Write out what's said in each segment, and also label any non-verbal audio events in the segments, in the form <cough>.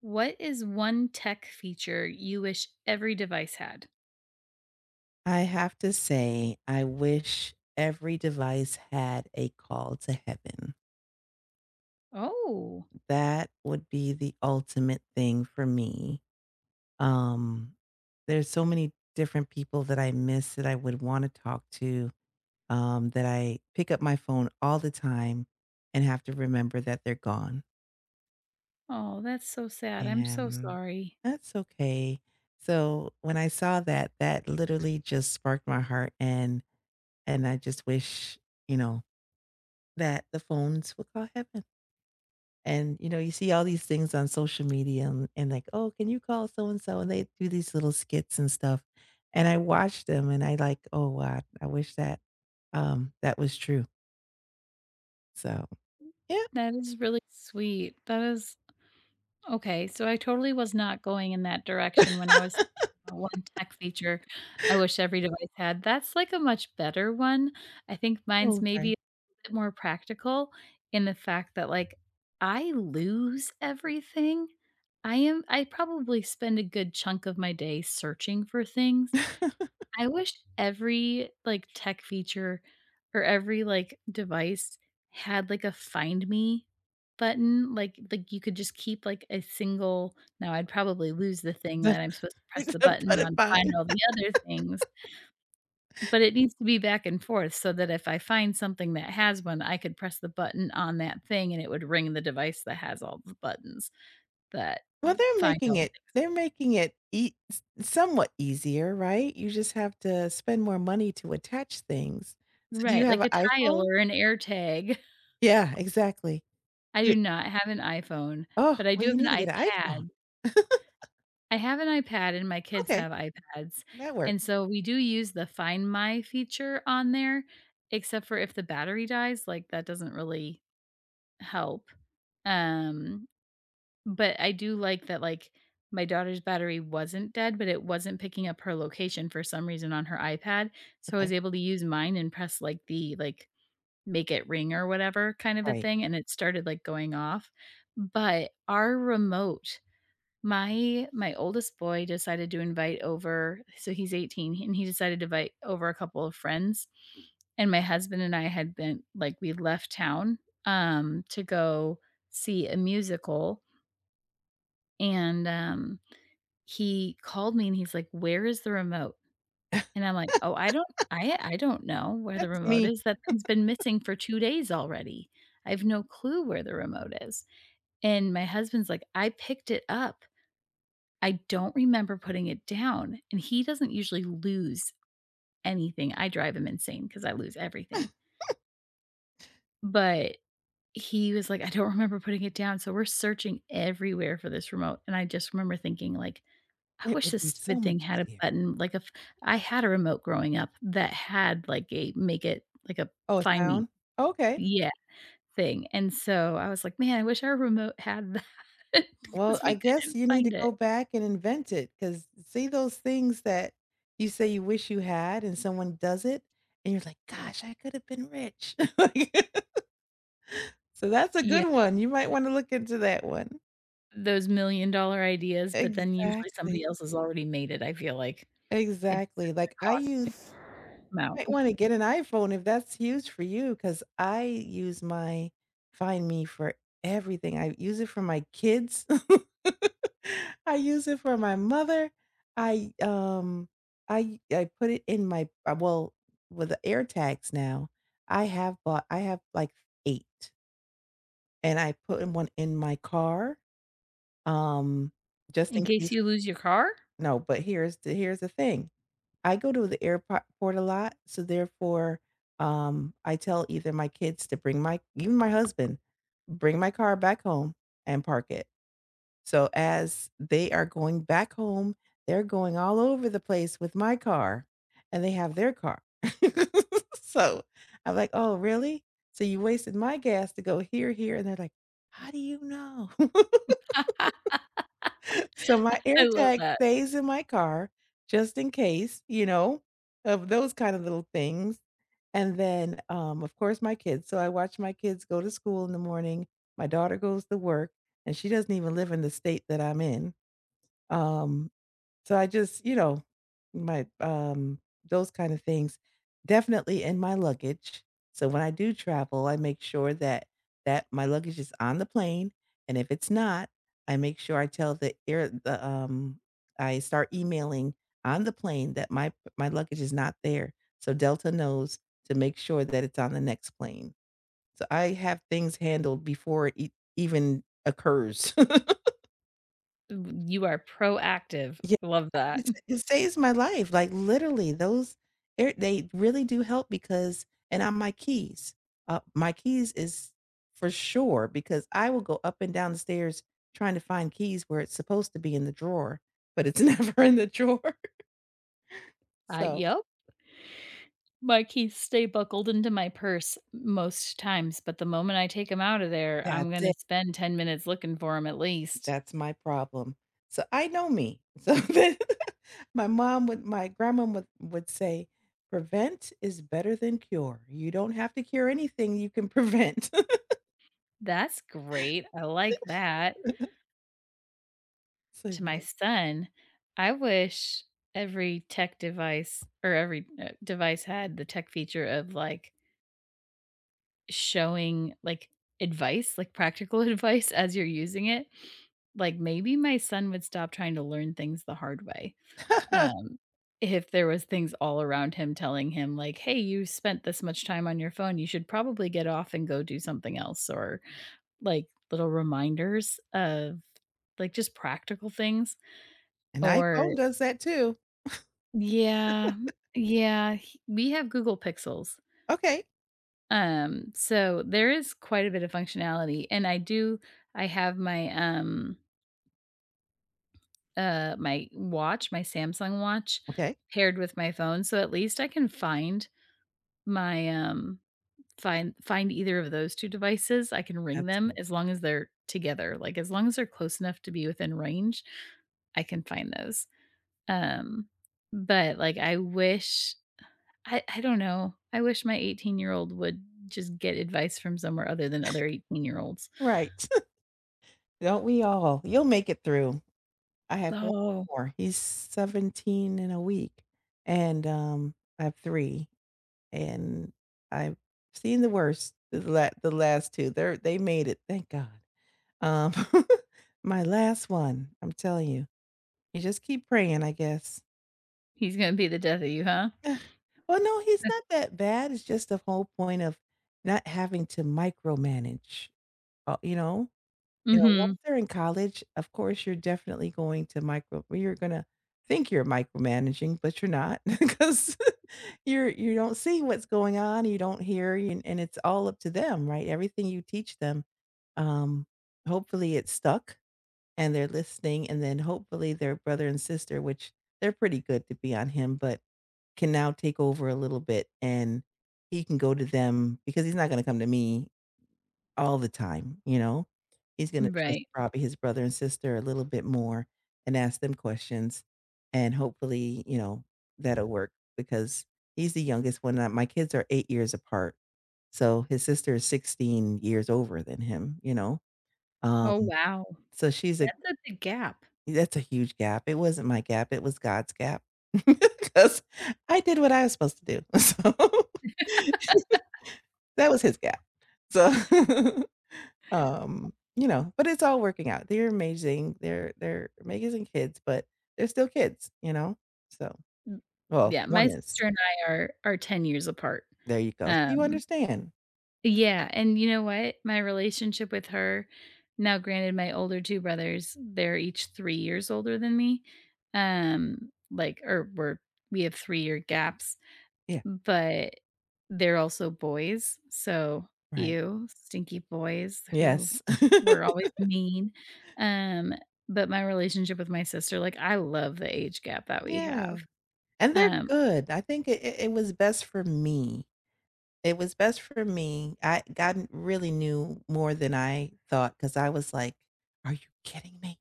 What is one tech feature you wish every device had? I have to say, I wish every device had a call to heaven. Oh, That would be the ultimate thing for me. Um, there's so many different people that I miss that I would want to talk to, that I pick up my phone all the time and have to remember that they're gone. oh, that's so sad. I'm so And sorry. that's okay. So when I saw that, that literally just sparked my heart and I just wish, you know, That the phones would call heaven. And, you know, you see all these things on social media and like, "Oh, can you call so and so?" And they do these little skits and stuff. And I watch them and I like, "Oh, wow. I wish that, that was true." So, yeah. That is really sweet. That is okay. So I totally was not going in that direction when I was one tech feature I wish every device had. That's like a much better one. I think mine's Oh, maybe a bit more practical in the fact that I lose everything. I probably spend a good chunk of my day searching for things. <laughs> I wish every, like, tech feature or every, like, device had, like, a find me button, like, you could just keep, like, a single. Now I'd probably lose the thing The that I'm supposed to press the the button put it on to find fine. all the other things, but it needs to be back and forth so that if I find something that has one, I could press the button on that thing, and it would ring the device that has all the buttons that Well, find all the things. they're making it ea somewhat easier, right? You just have to spend more money to attach things. So do you Right, have like an a tile iPhone? or an air tag. Yeah, exactly. I do not have an iPhone, Oh, but I well, do you have an need to get an iPhone. iPad. <laughs> I have an iPad and my kids Okay, have iPads, that and works. so we do use the Find My feature on there, except for if the battery dies, like, that doesn't really help, um, but I do like that, like, my daughter's battery wasn't dead, but it wasn't picking up her location for some reason on her iPad, so I Okay, was able to use mine and press, like, the, like, make it ring or whatever kind of a right. thing, and it started, like, going off. But our remote my oldest boy decided to invite over, so he's 18, and he decided to invite over a couple of friends, and my husband and I had been like, we left town, to go see a musical, and, he called me and he's like, "Where is the remote?" And I'm like, "Oh, I don't know where the That to remote me, is. That thing's been missing for 2 days already. I have no clue where the remote is." And my husband's like, "I picked it up. I don't remember putting it down." And he doesn't usually lose anything. I drive him insane because I lose everything. But he was like, "I don't remember putting it down." So we're searching everywhere for this remote, and I just remember thinking, like, I it wish would this be so stupid thing much had a easier. button, like, a f I had a remote growing up that had, like, a make it like a Oh, a find me, sound? Okay. yeah, thing, and so I was like, "Man, I wish our remote had that <laughs> Well, because I we guess couldn't you need to find it." go back and invent it because see those things that you say you wish you had and someone does it, and you're like, "Gosh, I could have been rich." <laughs> Like <laughs> so that's a Yeah, good one. You might wanna look into that one. those million-dollar ideas, but then usually Exactly. somebody else has already made it, I feel like. It just Exactly. Like, gonna I cost me use this amount. Might wanna get an iPhone if that's huge for you, because I use my Find Me for everything. I use it for my kids. <laughs> I use it for my mother. I, um, I put it in my well, with the air Tags now, I have, like, 8, and I put in 1 in my car, um, just In in case case you lose your car? no, but here's the thing. I go to the airport a lot, so therefore, I tell either my kids to bring my even my husband, "Bring my car back home and park it." So as they are going back home, they're going all over the place with my car, and they have their car. <laughs> So, I'm like, "Oh, really? So you wasted my gas to go here, here," and they're like, "How do you know?" <laughs> So my I love AirTag that. stays in my car just in case, you know, of those kind of little things. And then, of course, my kids. So I watch my kids go to school in the morning. My daughter goes to work, and she doesn't even live in the state that I'm in. Um, so I just, you know, my those kind of things definitely in my luggage. So when I do travel, I make sure that my luggage is on the plane, and if it's not, I make sure I tell the air the I start emailing on the plane that my luggage is not there. So Delta knows to make sure that it's on the next plane. So I have things handled before it even occurs. You are proactive. <laughs> Love that. It saves my life, like, literally, those they're they really do help because and on my keys is for sure because I will go up and down the stairs trying to find keys where it's supposed to be in the drawer, but it's <laughs> never in the drawer. So, Yep. My keys stay buckled into my purse most times, but the moment I take them out of there, I'm that's it. gonna spend 10 minutes looking for them at least. That's my problem. So, I know me. So, <laughs> then my grandma would say, "Prevent is better than cure. You don't have to cure anything, you can prevent." <laughs> That's great. I like that. So, To my yeah. son, I wish every tech device or every, device had the tech feature of, like, showing, like, advice, like, practical <laughs> advice as you're using it, like, maybe my son would stop trying to learn things the hard way, <laughs> um, if there was things all around him telling him, like, "Hey, you spent this much time on your phone, you should probably get off and go do something else," or, like, little reminders of, like, just practical things, An or iPhone does that too. yeah, yeah, he we have Google Pixels. Okay, So there is quite a bit of functionality and I have my, my watch, my Samsung watch okay. paired with my phone, so at least I can find my, find either of those 2 devices. I can ring That's them good. as long as they're together, like, as long as they're close enough to be within range, I can find those. Um, but, like, I wish, I don't know. I wish my 18-year-old would just get advice from somewhere other than other 18-year-olds. Right. <laughs> Don't we all? You'll make it through. I have 1 Oh, more. He's 17 in a week, and, I have 3, and I've seen the worst, the last 2. They made it, thank God. Um, <laughs> my last one, I'm telling you, you just keep praying, I guess. he's gonna be the death of you, huh? <sighs> Ugh. Well, no, he's not that bad, it's just the whole point of not having to micromanage, you know? You know, once Mhm. they're in college, of course, you're definitely going to micro well, you're gonna think you're micromanaging, but you're not <laughs> because <laughs> you don't see what's going on, you don't hear, and it's all up to them, right? Everything you teach them, um, hopefully it's stuck and they're listening, and then hopefully their brother and sister, which they're pretty good to be on him, but can now take over a little bit and he can go to them because he's not gonna come to me all the time, you know? He's gonna trust Right. probably his brother and sister a little bit more and ask them questions, and hopefully, you know, that'll work because he's the youngest one, my kids are 8 years apart, so his sister is 16 years over than him, you know? Um, Oh, wow. so she's a That's a big gap. that's a huge gap. It wasn't my gap, it was God's gap <laughs> because I did what I was supposed to do, <laughs> so <laughs> that was his gap. So <laughs> you know, but it's all working out. They're amazing. They're amazing kids, but they're still kids, you know? So, Mm. well, Yeah, my one is. sister and I are 10 years apart. There you go. So you Um, understand. yeah, and you know what? My relationship with her, now granted my older 2 brothers, they're each 3 years older than me, like or we're, we have 3-year gaps. Yeah, But they're also boys, so, right. you stinky boys who Yes. <laughs> were always mean. Um, but my relationship with my sister, like, I love the age gap that we Yeah, have. and they're Um. good. I think it was best for me. It was best for me. I God really knew more than I thought because I was like, "Are you kidding me?"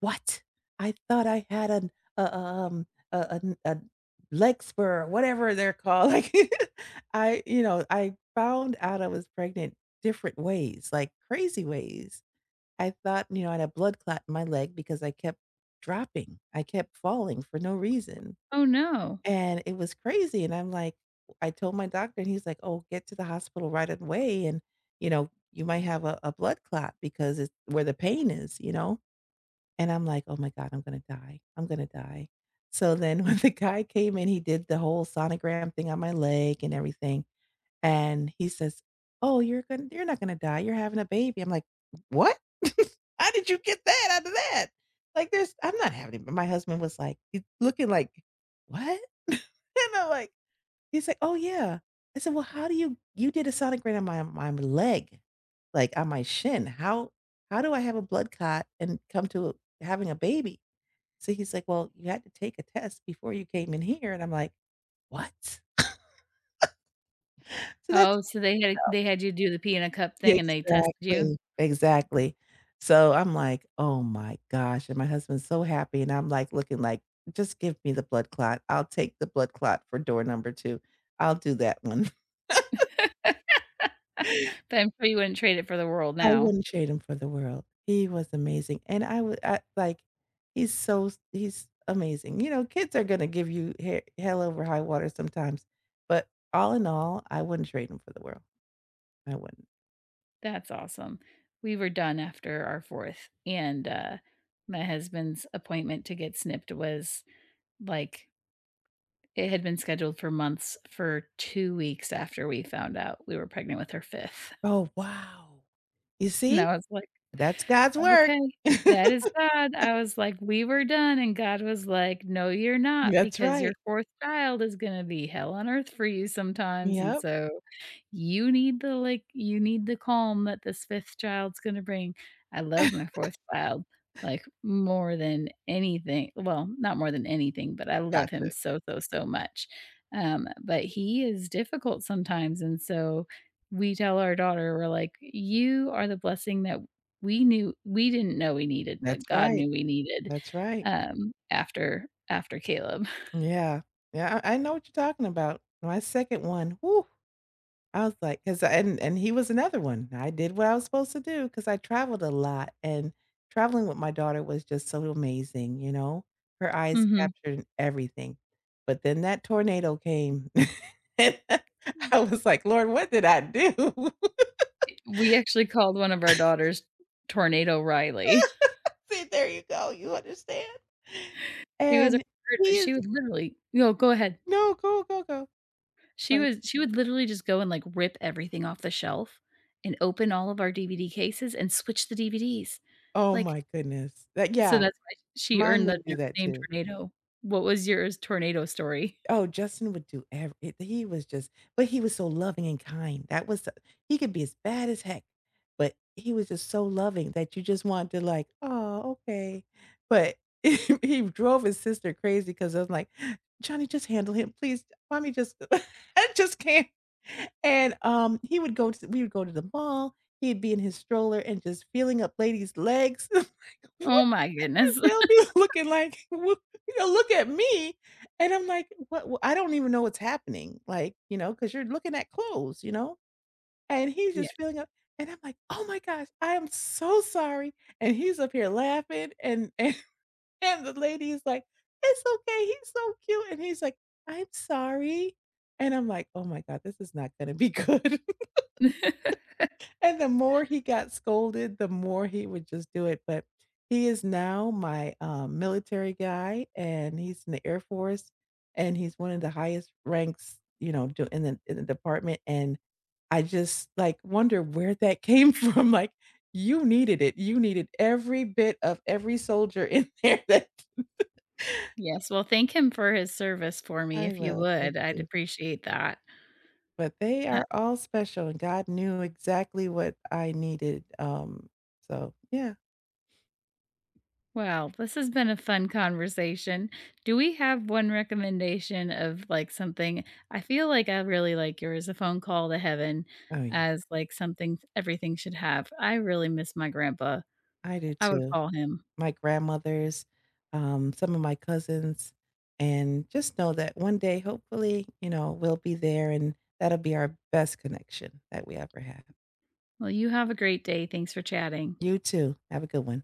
"What? I thought I had an a a, um, a leg spur or whatever they're called." <laughs> Like, I you know, I found out I was pregnant different ways, like crazy ways. I thought, you know, I had a blood clot in my leg because I kept dropping. I kept falling for no reason, Oh, no. and it was crazy, and I'm like I told my doctor and he's like, "Oh, get to the hospital right away and, you know, you might have a blood clot because it's where the pain is," you know? And I'm like, "Oh my god, I'm gonna die. I'm gonna die." So then <laughs> when the guy came in, he did the whole sonogram thing on my leg and everything, and he says, "Oh, you're gonna, you're not gonna die, you're having a baby." I'm like, "What? <laughs> How did you get that out of that?" Like, there's I'm not having it, but my husband was like, he looking like, "What?" <laughs> And I'm like He's like, "Oh, yeah." I said, "Well, how do you you did a sonogram on my leg, like, on my shin. How do I have a blood clot and come to having a baby?" So he's like, "Well, you had to take a test before you came in here," and I'm like, "What?" So that's Oh, so they had you do the pee in a cup Yeah, thing and they tested you? exactly, exactly. So I'm like, "Oh my gosh," and my husband's so happy, and I'm, like, looking like, "Just give me the blood clot. I'll take the blood clot for door number 2. I'll do that one." But I'm sure you wouldn't trade it for the world I now. wouldn't trade him for the world. He was amazing, and I would I like, he's so s he's amazing. You know, kids are gonna give you he hell over high water sometimes, but all in all, I wouldn't trade him for the world. I wouldn't. That's awesome. We were done after our 4th, and, my husband's appointment to get snipped was, like, it had been scheduled for months for 2 weeks after we found out we were pregnant with her 5th, Oh, wow. You and see? I was like, That's God's work. okay, that is God. I was like, "We were done," and God was like, "No, you're not, That's because your right. 4th child is gonna be hell on earth for you sometimes, and Yep. so you need the, like, you need the calm that this 5th child's gonna bring." I love my 4th child, like, more than anything, well, not more than anything, but I love Gotcha. him so, so, so much, but he is difficult sometimes, and so we tell our daughter, we're like, "You are the blessing that we knew, we didn't know we needed, That's but God right. knew we needed, That's right. After after Caleb. <laughs> Yeah. Yeah, I know what you're talking about. My second one, Whew. I was like, cause and he was another one. I did what I was supposed to do because I traveled a lot, and traveling with my daughter was just so amazing, you know? Her eyes Mhm. captured everything. But then that tornado came, <laughs> and I was like, "Lord, what did I do?" <laughs> We actually called one of our daughters Tornado Riley. <laughs> See, there you go, you understand? She was a And nerd, he but is she would literally no, go ahead. No, go, go, go. It's She fine. was she would literally just go and, like, rip everything off the shelf and open all of our DVD cases and switch the DVDs. Oh Like, my goodness. That so Yeah, that's why she mine earned the would do that name too. Tornado. What was yours tornado story? Oh, Justin would do every he was just but he was so loving and kind. That was he could be as bad as heck, but he was just so loving that you just wanted to like, "Oh, okay." But <laughs> he drove his sister crazy because I was like, "Johnny, just handle him, please. Mommy just <laughs> I just can't." And, he would go to we would go to the mall, he'd be in his stroller and just feeling up ladies' legs. <laughs> Like, Oh my goodness. they'll <laughs> be looking like, <laughs> you know, look at me. And I'm like, what? I don't even know what's happening. Like, you know, because you're looking at clothes, you know? And he's Yeah. just feeling up. And I'm like, oh my gosh, I am so sorry. And he's up here laughing. <laughs> And the lady is like, it's okay. He's so cute. And he's like, I'm sorry. And I'm like, oh my God, this is not going to be <laughs> good. <laughs> And the more he got scolded, the more he would just do it, but he is now my, military guy, and he's in the Air Force, and he's one of the highest ranks, you know, do in the department, and I just, like, wonder where that came <laughs> from, like, you needed it, you needed every bit of every soldier <laughs> in there that Yes, well, thank him for his service for me, I if you will, thank would, I'd you. appreciate that. But they Uh, are all special, and God knew exactly what I needed, so yeah. Well, this has been a fun conversation. Do we have one recommendation of, like, something. I feel like I really like yours, "A Phone Call to Heaven," Oh, yeah. as, like, something everything should have. I really miss my grandpa. I do I would too. call him. My grandmothers, some of my cousins, and just know that one day, hopefully, you know, we'll be there and that'll be our best connection that we ever have. Well, you have a great day, thanks for chatting. You too. Have a good one.